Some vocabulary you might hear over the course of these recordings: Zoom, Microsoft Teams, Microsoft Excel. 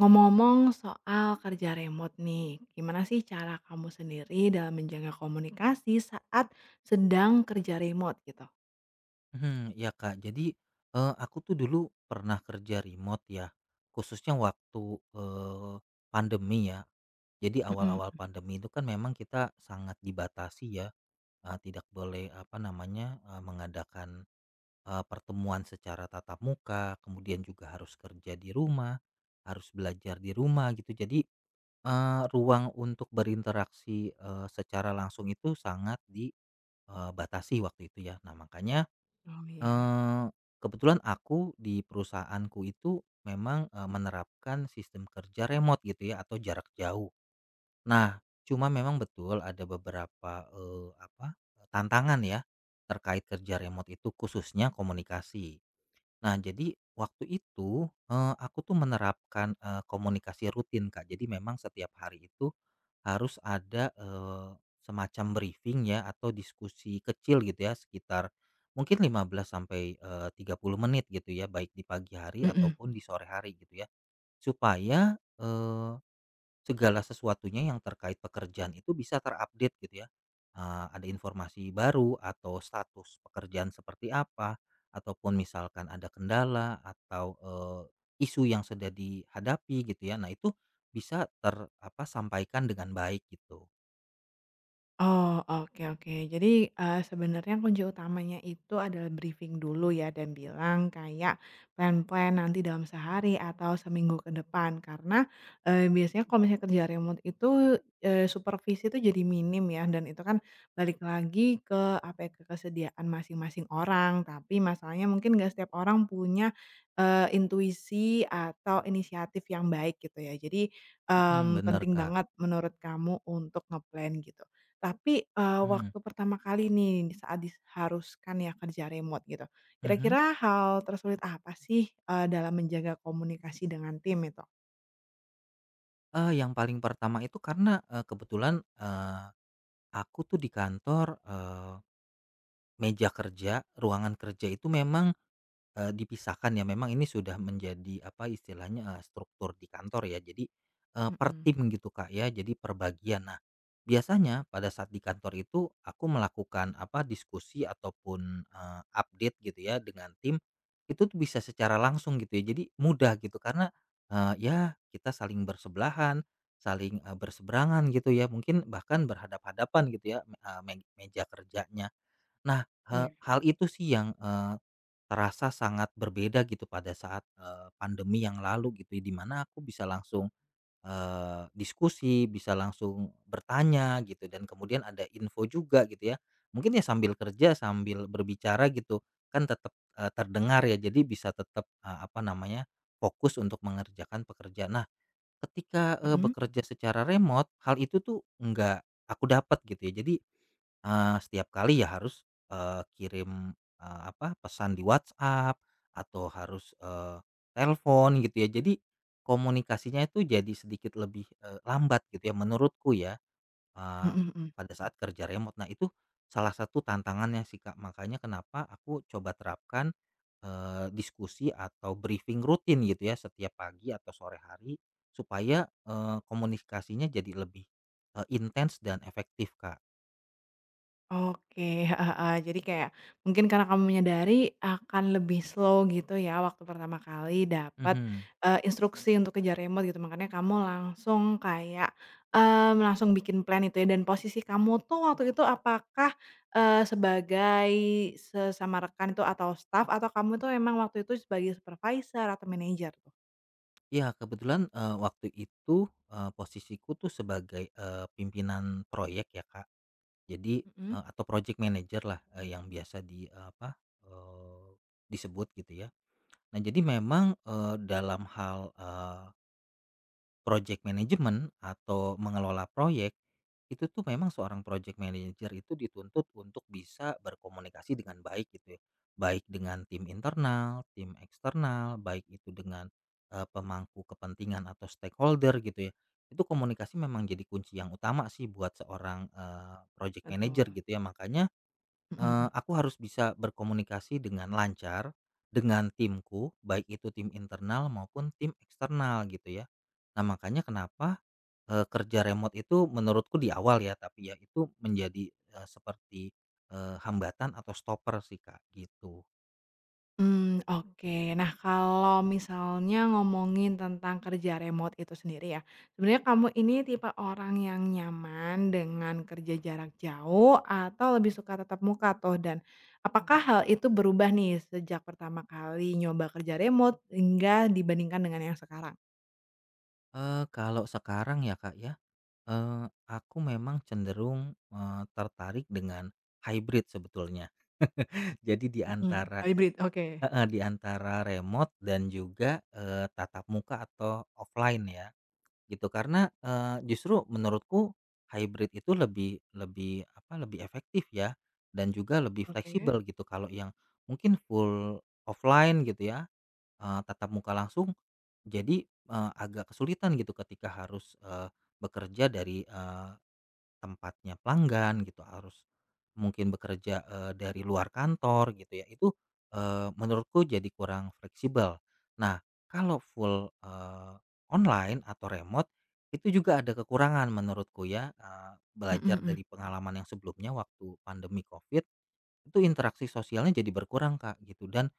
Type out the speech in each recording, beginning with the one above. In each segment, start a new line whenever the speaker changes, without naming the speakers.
Ngomong-ngomong soal kerja remote nih, gimana sih cara kamu sendiri dalam menjaga komunikasi saat sedang kerja remote gitu?
Hmm ya Kak. Jadi, aku tuh dulu pernah kerja remote ya, khususnya waktu, pandemi ya. Jadi awal-awal
Mhm.
pandemi itu kan memang kita sangat dibatasi ya, tidak boleh apa namanya, mengadakan, pertemuan secara tatap muka, kemudian juga harus kerja di rumah, harus belajar di rumah gitu. Jadi, ruang untuk berinteraksi, secara langsung itu sangat dibatasi waktu itu ya. Nah makanya
Oh, iya.
Eee, kebetulan aku di perusahaanku itu memang, menerapkan sistem kerja remote gitu ya atau jarak jauh. Nah, cuma memang betul ada beberapa, apa, tantangan ya terkait kerja remote itu khususnya komunikasi. Nah, jadi waktu itu, aku tuh menerapkan, komunikasi rutin, Kak. Jadi memang setiap hari itu harus ada, semacam briefing ya atau diskusi kecil gitu ya sekitar mungkin 15 sampai, 30 menit gitu ya, baik di pagi hari
Mhm.
ataupun di sore hari gitu ya. Supaya, eh, segala sesuatunya yang terkait pekerjaan itu bisa terupdate gitu ya, ada informasi baru atau status pekerjaan seperti apa, ataupun misalkan ada kendala atau, isu yang sudah dihadapi gitu ya. Nah itu bisa apa, sampaikan dengan baik gitu.
Oh, oke oke. Jadi, sebenarnya kunci utamanya itu adalah briefing dulu ya dan bilang kayak plan-plan nanti dalam sehari atau seminggu ke depan karena, biasanya kalau misalnya kerja remote itu, supervisi itu jadi minim ya dan itu kan balik lagi ke apa ya, ke kesediaan masing-masing orang tapi masalahnya mungkin nggak setiap orang punya, intuisi atau inisiatif yang baik gitu ya. Jadi,
Mhm, bener
penting
Kak.
banget menurut kamu untuk ngeplan gitu. Tapi,
Mhm
waktu pertama kali nih, saat diharuskan ya kerja remote gitu,
mhm.
kira-kira hal tersulit apa sih, dalam menjaga komunikasi dengan tim itu?
Yang paling pertama itu karena, kebetulan, aku tuh di kantor, meja kerja, ruangan kerja itu memang dipisahkan ya memang ini sudah menjadi apa istilahnya, struktur di kantor ya jadi, per
Mhm.
tim gitu Kak ya jadi perbagian. Nah, biasanya pada saat di kantor itu aku melakukan apa diskusi ataupun, update gitu ya dengan tim, itu tuh bisa secara langsung gitu ya jadi mudah gitu karena, ya kita saling bersebelahan, saling, berseberangan gitu ya mungkin bahkan berhadap-hadapan gitu ya, eee, me meja kerjanya. Nah,
Iya.
hal itu sih yang, terasa sangat berbeda gitu pada saat, pandemi yang lalu gitu di mana aku bisa langsung, diskusi, bisa langsung bertanya gitu dan kemudian ada info juga gitu ya. Mungkin ya sambil kerja sambil berbicara gitu kan tetap, terdengar ya jadi bisa tetap, apa namanya, fokus untuk mengerjakan pekerjaan. Nah ketika,
Mhm,
bekerja secara remote hal itu tuh nggak aku dapat gitu ya jadi setiap kali ya harus, kirim, apa, pesan di WhatsApp atau harus, telepon gitu ya. Jadi komunikasinya itu jadi sedikit lebih, lambat gitu ya menurutku ya, eee,
mhm mhm.
pada saat kerja remote. Nah itu salah satu tantangannya sih, Kak. Makanya kenapa aku coba terapkan, diskusi atau briefing rutin gitu ya setiap pagi atau sore hari supaya, komunikasinya jadi lebih, intens dan efektif, Kak.
Oke, heeh heeh. Jadi kayak mungkin karena kamu menyadari akan lebih slow gitu ya waktu pertama kali dapat,
Mhm.
instruksi untuk kejar remote gitu, makanya kamu langsung kayak, langsung bikin plan itu ya dan posisi kamu tuh waktu itu apakah, sebagai sesama rekan itu atau staff atau kamu tuh emang waktu itu sebagai supervisor atau manager tuh?
Ya kebetulan, waktu itu, posisiku tuh sebagai, pimpinan proyek ya, Kak. Jadi,
Mhm.
atau project manager lah, yang biasa di, apa, eee, disebut gitu ya. Nah, jadi memang, dalam hal, project management atau mengelola proyek, itu tuh memang seorang project manager itu dituntut untuk bisa berkomunikasi dengan baik gitu ya. Baik dengan tim internal, tim eksternal, baik itu dengan pemangku kepentingan atau stakeholder gitu ya. Itu komunikasi memang jadi kunci yang utama sih buat seorang project manager
Betul,
gitu ya. Makanya
mhm mhm.
Aku harus bisa berkomunikasi dengan lancar dengan timku, baik itu tim internal maupun tim eksternal gitu ya. Nah makanya kenapa, kerja remote itu menurutku di awal ya, tapi ya itu menjadi, seperti, hambatan atau stopper sih Kak, gitu.
Mmm, oke. Nah, kalau misalnya ngomongin tentang kerja remote itu sendiri ya, sebenarnya kamu ini tipe orang yang nyaman dengan kerja jarak jauh atau lebih suka tatap muka tuh? Dan apakah hal itu berubah nih sejak pertama kali nyoba kerja remote hingga dibandingkan dengan yang sekarang?
Kalau sekarang ya Kak ya, aku memang cenderung, tertarik dengan hybrid sebetulnya. Jadi di
Mhm,
antara
hybrid, oke.
Heeh, di antara remote dan juga, tatap muka atau offline ya, gitu. Karena, justru menurutku hybrid itu lebih lebih apa, lebih efektif ya, dan juga lebih
Oke.
fleksibel gitu. Kalau yang mungkin full offline gitu ya, tatap muka langsung, jadi, agak kesulitan gitu ketika harus, bekerja dari, tempatnya pelanggan gitu, harus mungkin bekerja, dari luar kantor gitu ya, itu, menurutku jadi kurang fleksibel. Nah, kalau full, online atau remote, itu juga ada kekurangan menurutku ya,
Mhm
belajar
mhm.
dari pengalaman yang sebelumnya waktu pandemi Covid, itu interaksi sosialnya jadi berkurang, Kak, gitu, dan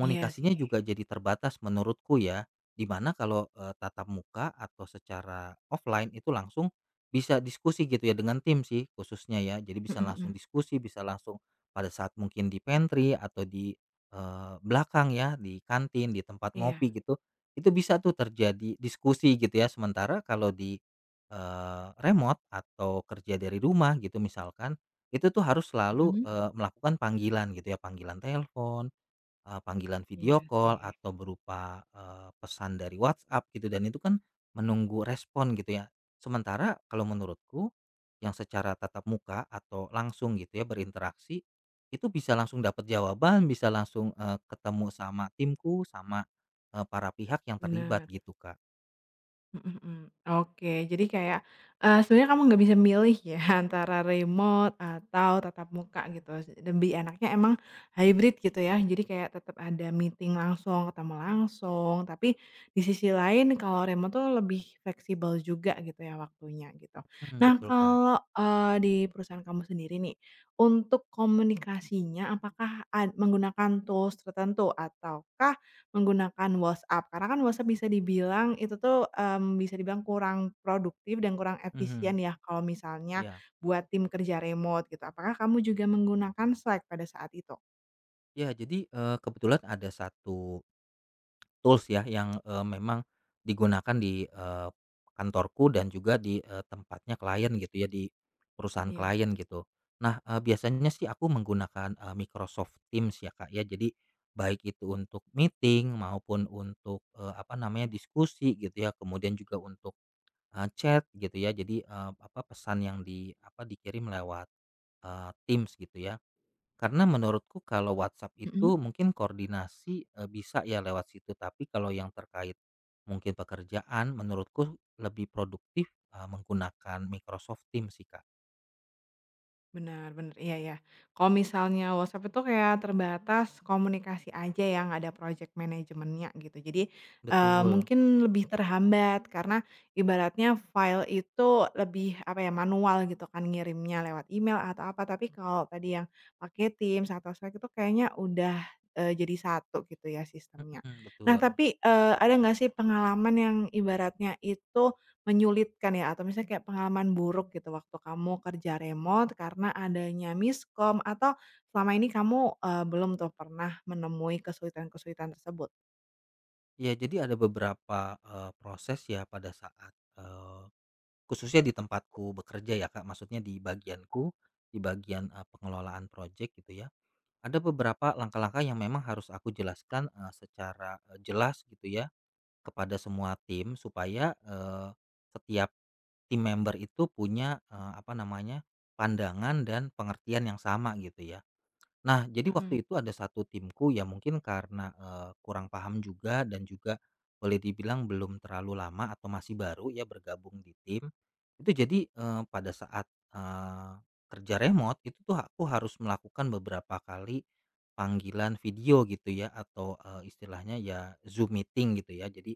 Iya sih.
juga jadi terbatas menurutku ya. Dimana kalau, tatap muka atau secara offline itu langsung bisa diskusi gitu ya dengan tim sih khususnya ya. Jadi
Mhm
bisa langsung
mhm.
diskusi, bisa langsung pada saat mungkin di pantry atau di, belakang ya, di kantin, di tempat
Iya.
ngopi gitu, itu bisa tuh terjadi diskusi gitu ya. Sementara kalau di, remote atau kerja dari rumah gitu misalkan, itu tuh harus selalu,
Mhm.
melakukan panggilan gitu ya, panggilan telepon, panggilan video
Iya
call
sih.
atau berupa, pesan dari WhatsApp gitu dan itu kan menunggu respon gitu ya. Sementara kalau menurutku yang secara tatap muka atau langsung gitu ya berinteraksi, itu bisa langsung dapat jawaban, bisa langsung, ketemu sama timku, sama, para pihak yang terlibat
Benar.
gitu, Kak.
Mhm mhm. Oke, jadi kayak, sebenarnya kamu nggak bisa milih ya antara remote atau tatap muka gitu, lebih enaknya emang hybrid gitu ya. Jadi kayak tetap ada meeting langsung, ketemu langsung, tapi di sisi lain kalau remote tuh lebih fleksibel juga gitu ya waktunya gitu.
Mhm,
Nah
betul, Kak.
kalau, di perusahaan kamu sendiri nih, untuk komunikasinya apakah ad menggunakan tools tertentu ataukah menggunakan WhatsApp, karena kan WhatsApp bisa dibilang itu tuh, bisa dibilang kurang produktif dan kurang efisien
Mhm,
ya kalau misalnya
ya.
buat tim kerja remote gitu. Apakah kamu juga menggunakan Slack pada saat itu?
Iya, jadi, kebetulan ada satu. Tools ya yang, memang digunakan di, kantorku dan juga di, tempatnya klien gitu ya, di perusahaan
Iya.
klien gitu. Nah, biasanya sih aku menggunakan, Microsoft Teams ya, Kak, ya. Jadi baik itu untuk meeting maupun untuk, apa namanya, diskusi gitu ya, kemudian juga untuk, chat gitu ya. Jadi, apa, pesan yang di apa, dikirim lewat, Teams gitu ya. Karena menurutku kalau WhatsApp itu
Mhm.
mungkin koordinasi, bisa ya lewat situ, tapi kalau yang terkait mungkin pekerjaan menurutku lebih produktif, menggunakan Microsoft Teams sih, Kak.
Benar benar iya ya. Kalau misalnya WhatsApp itu kayak terbatas komunikasi aja ya, nggak ada project manajemennya gitu. Jadi,
Betul,
mungkin lebih terhambat karena ibaratnya file itu lebih, apa ya, manual gitu kan ngirimnya lewat email atau apa. Tapi kalau tadi yang pakai Teams atau Slack itu kayaknya udah, jadi satu gitu ya sistemnya.
mhm,
Nah
betul.
tapi, ada nggak sih pengalaman yang ibaratnya itu menyulitkan ya atau misalnya kayak pengalaman buruk gitu waktu kamu kerja remote karena adanya miskom atau selama ini kamu, belum tuh pernah menemui kesulitan-kesulitan tersebut?
Ya jadi ada beberapa, proses ya pada saat, eee, khususnya di tempatku bekerja ya, Kak, maksudnya di bagianku, di bagian, pengelolaan proyek gitu ya. Ada beberapa langkah-langkah yang memang harus aku jelaskan, secara, jelas gitu ya. Kepada semua tim supaya, setiap tim member itu punya, apa namanya, pandangan dan pengertian yang sama gitu ya. Nah jadi
Mhm.
waktu itu ada satu timku ya mungkin karena, kurang paham juga dan juga boleh dibilang belum terlalu lama atau masih baru ya bergabung di tim. Itu jadi, pada saat, kerja remote itu tuh aku harus melakukan beberapa kali panggilan video gitu ya atau, istilahnya ya Zoom meeting gitu ya. Jadi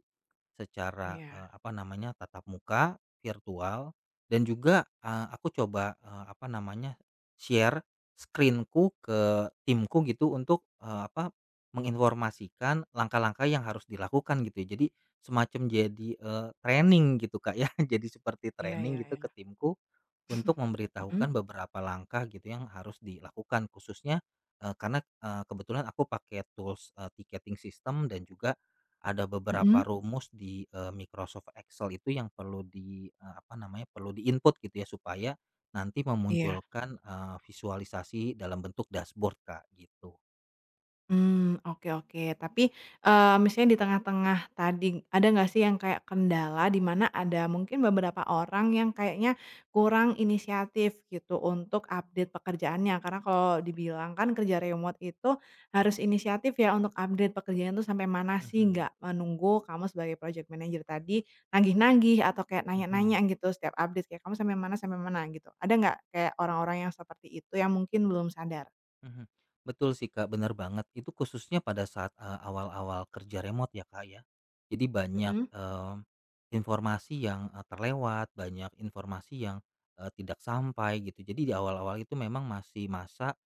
secara,
Iya,
apa namanya, tatap muka, virtual, dan juga, aku coba, apa namanya, share screen ke timku gitu untuk, apa, menginformasikan langkah-langkah yang harus dilakukan gitu ya. Jadi semacam jadi, training gitu, Kak, ya. Jadi seperti
iya
training
iya
gitu ke
iya.
timku untuk
Mhm.
memberitahukan beberapa langkah gitu yang harus dilakukan khususnya, karena, kebetulan aku pakai tools, ticketing system dan juga ada beberapa
Mhm,
rumus di, Microsoft Excel itu yang perlu di, apa namanya, perlu di-input gitu ya supaya nanti
iya.
memunculkan, visualisasi dalam bentuk dashboard, Kak, gitu.
Mmm, oke oke. Tapi, misalnya di tengah-tengah tadi, ada nggak sih yang kayak kendala di mana ada mungkin beberapa orang yang kayaknya kurang inisiatif gitu untuk update pekerjaannya? Karena kalau dibilang kan kerja remote itu harus inisiatif ya untuk update pekerjaan itu sampai mana sih,
Mhm
nggak menunggu kamu sebagai project manager tadi nagih-nagih atau kayak nanya-nanya
mhm
gitu setiap update kayak, "Kamu sampai mana sampai mana?" Gitu. Ada nggak kayak orang-orang yang seperti itu yang mungkin belum sadar?
mhm. Betul sih, Kak, benar banget. Itu khususnya pada saat, awal-awal kerja remote ya, Kak, ya. Jadi banyak,
Mhm,
informasi yang, terlewat, banyak informasi yang, tidak sampai gitu. Jadi di awal-awal itu memang masih masa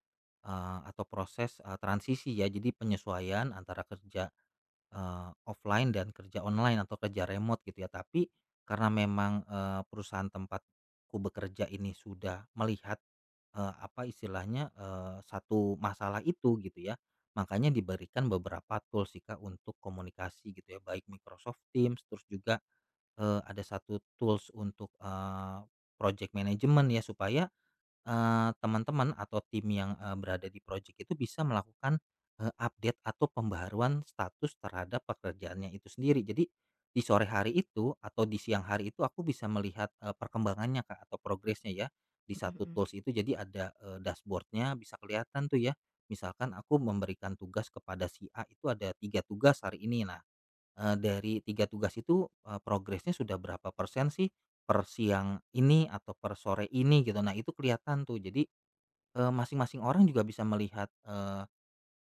Atau proses, transisi ya, jadi penyesuaian antara kerja, offline dan kerja online atau kerja remote gitu ya. Tapi karena memang, perusahaan tempatku bekerja ini sudah melihat, apa istilahnya, satu masalah itu gitu ya, makanya diberikan beberapa tools sih, Kak, untuk komunikasi gitu ya, baik Microsoft Teams, terus juga, ada satu tools untuk, project management ya, supaya teman-teman atau tim yang, berada di project itu bisa melakukan, update atau pembaharuan status terhadap pekerjaannya itu sendiri. Jadi di sore hari itu atau di siang hari itu aku bisa melihat, perkembangannya Kak atau progresnya ya di
mhm
satu
mhm.
tools itu. Jadi ada, dashboard bisa kelihatan tuh ya. Misalkan aku memberikan tugas kepada si A itu ada 3 tugas hari ini. Nah, dari 3 tugas itu, progresnya sudah berapa persen sih per siang ini atau per sore ini gitu. Nah itu kelihatan tuh jadi, masing-masing orang juga bisa melihat, eh,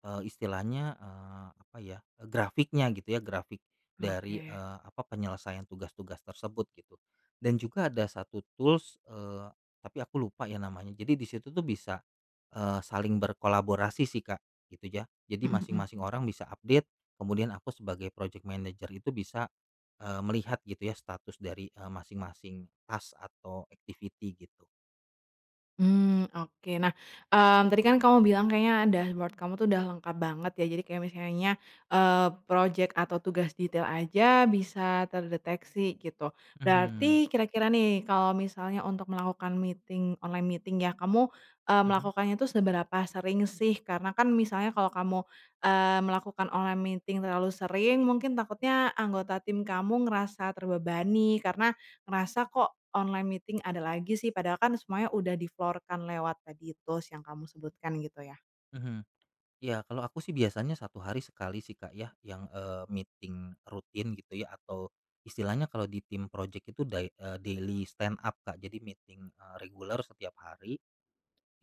Istilahnya, apa ya, grafiknya gitu ya, grafik dari,
Oke.
apa, penyelesaian tugas-tugas tersebut gitu. Dan juga ada satu tools, tapi aku lupa ya namanya. Jadi di situ tuh bisa, saling berkolaborasi sih, Kak, gitu ya. Jadi
Mhm mhm.
masing-masing orang bisa update, kemudian aku sebagai project manager itu bisa, melihat gitu ya status dari, masing-masing task atau activity gitu.
Mmm, oke. Nah, tadi kan kamu bilang kayaknya dashboard kamu tuh udah lengkap banget ya, jadi kayak misalnya, projek atau tugas detail aja bisa terdeteksi gitu.
Mhm,
Berarti kira-kira nih kalau misalnya untuk melakukan meeting online meeting ya, kamu,
mhm
melakukannya tuh seberapa sering sih? Karena kan misalnya kalau kamu, melakukan online meeting terlalu sering, mungkin takutnya anggota tim kamu ngerasa terbebani karena ngerasa, "Kok online meeting ada lagi sih, padahal kan semuanya udah di-floor-kan lewat tadi tools yang kamu sebutkan gitu ya?"
mhm. Ya, kalau aku sih biasanya satu hari sekali sih, Kak, ya, yang, meeting rutin gitu ya, atau istilahnya kalau di tim project itu daily stand up, Kak. Jadi meeting, reguler setiap hari,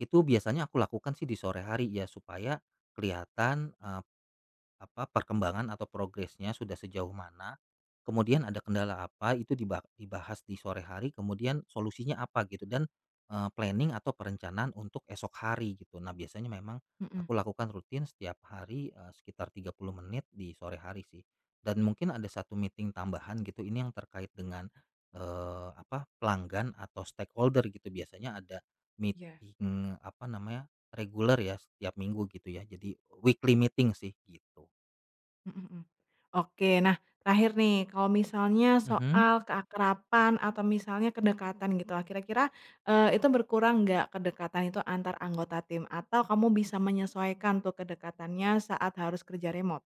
itu biasanya aku lakukan sih di sore hari ya, supaya kelihatan, apa, perkembangan atau progresnya sudah sejauh mana, kemudian ada kendala apa, itu dibahas di sore hari, kemudian solusinya apa gitu dan, planning atau perencanaan untuk esok hari gitu. Nah, biasanya memang
Mhm.
aku lakukan rutin setiap hari, sekitar 30 menit di sore hari sih. Dan mungkin ada satu meeting tambahan gitu, ini yang terkait dengan, apa, pelanggan atau stakeholder gitu. Biasanya ada
Iya.
meeting, apa namanya, reguler ya, setiap minggu gitu ya. Jadi weekly meeting sih, gitu.
Mhm mhm. Oke, nah terakhir nih, kalau misalnya
Mhm.
soal keakraban atau misalnya kedekatan gitu lah, kira-kira, itu berkurang nggak kedekatan itu antar anggota tim? Atau kamu bisa menyesuaikan tuh kedekatannya saat harus kerja remote?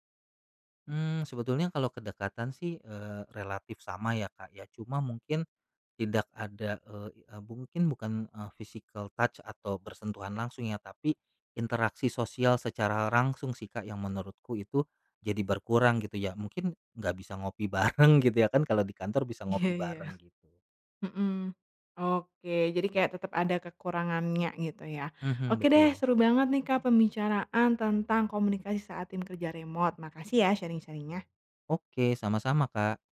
Mmm, sebetulnya kalau kedekatan sih, relatif sama ya, Kak, ya. Cuma mungkin tidak ada, eee eee, mungkin bukan, physical touch atau bersentuhan langsung ya, tapi interaksi sosial secara langsung sih, Kak, yang menurutku itu jadi berkurang gitu ya. Mungkin nggak bisa ngopi bareng gitu ya kan, kalau di kantor bisa
Iya
ngopi
iya.
bareng gitu.
Mhm. Oke, jadi kayak tetap ada kekurangannya gitu ya.
Mhm,
Oke deh,
betul.
seru banget nih Kak pembicaraan tentang komunikasi saat tim kerja remote. Makasih ya sharing sharingnya
Oke, sama-sama, Kak.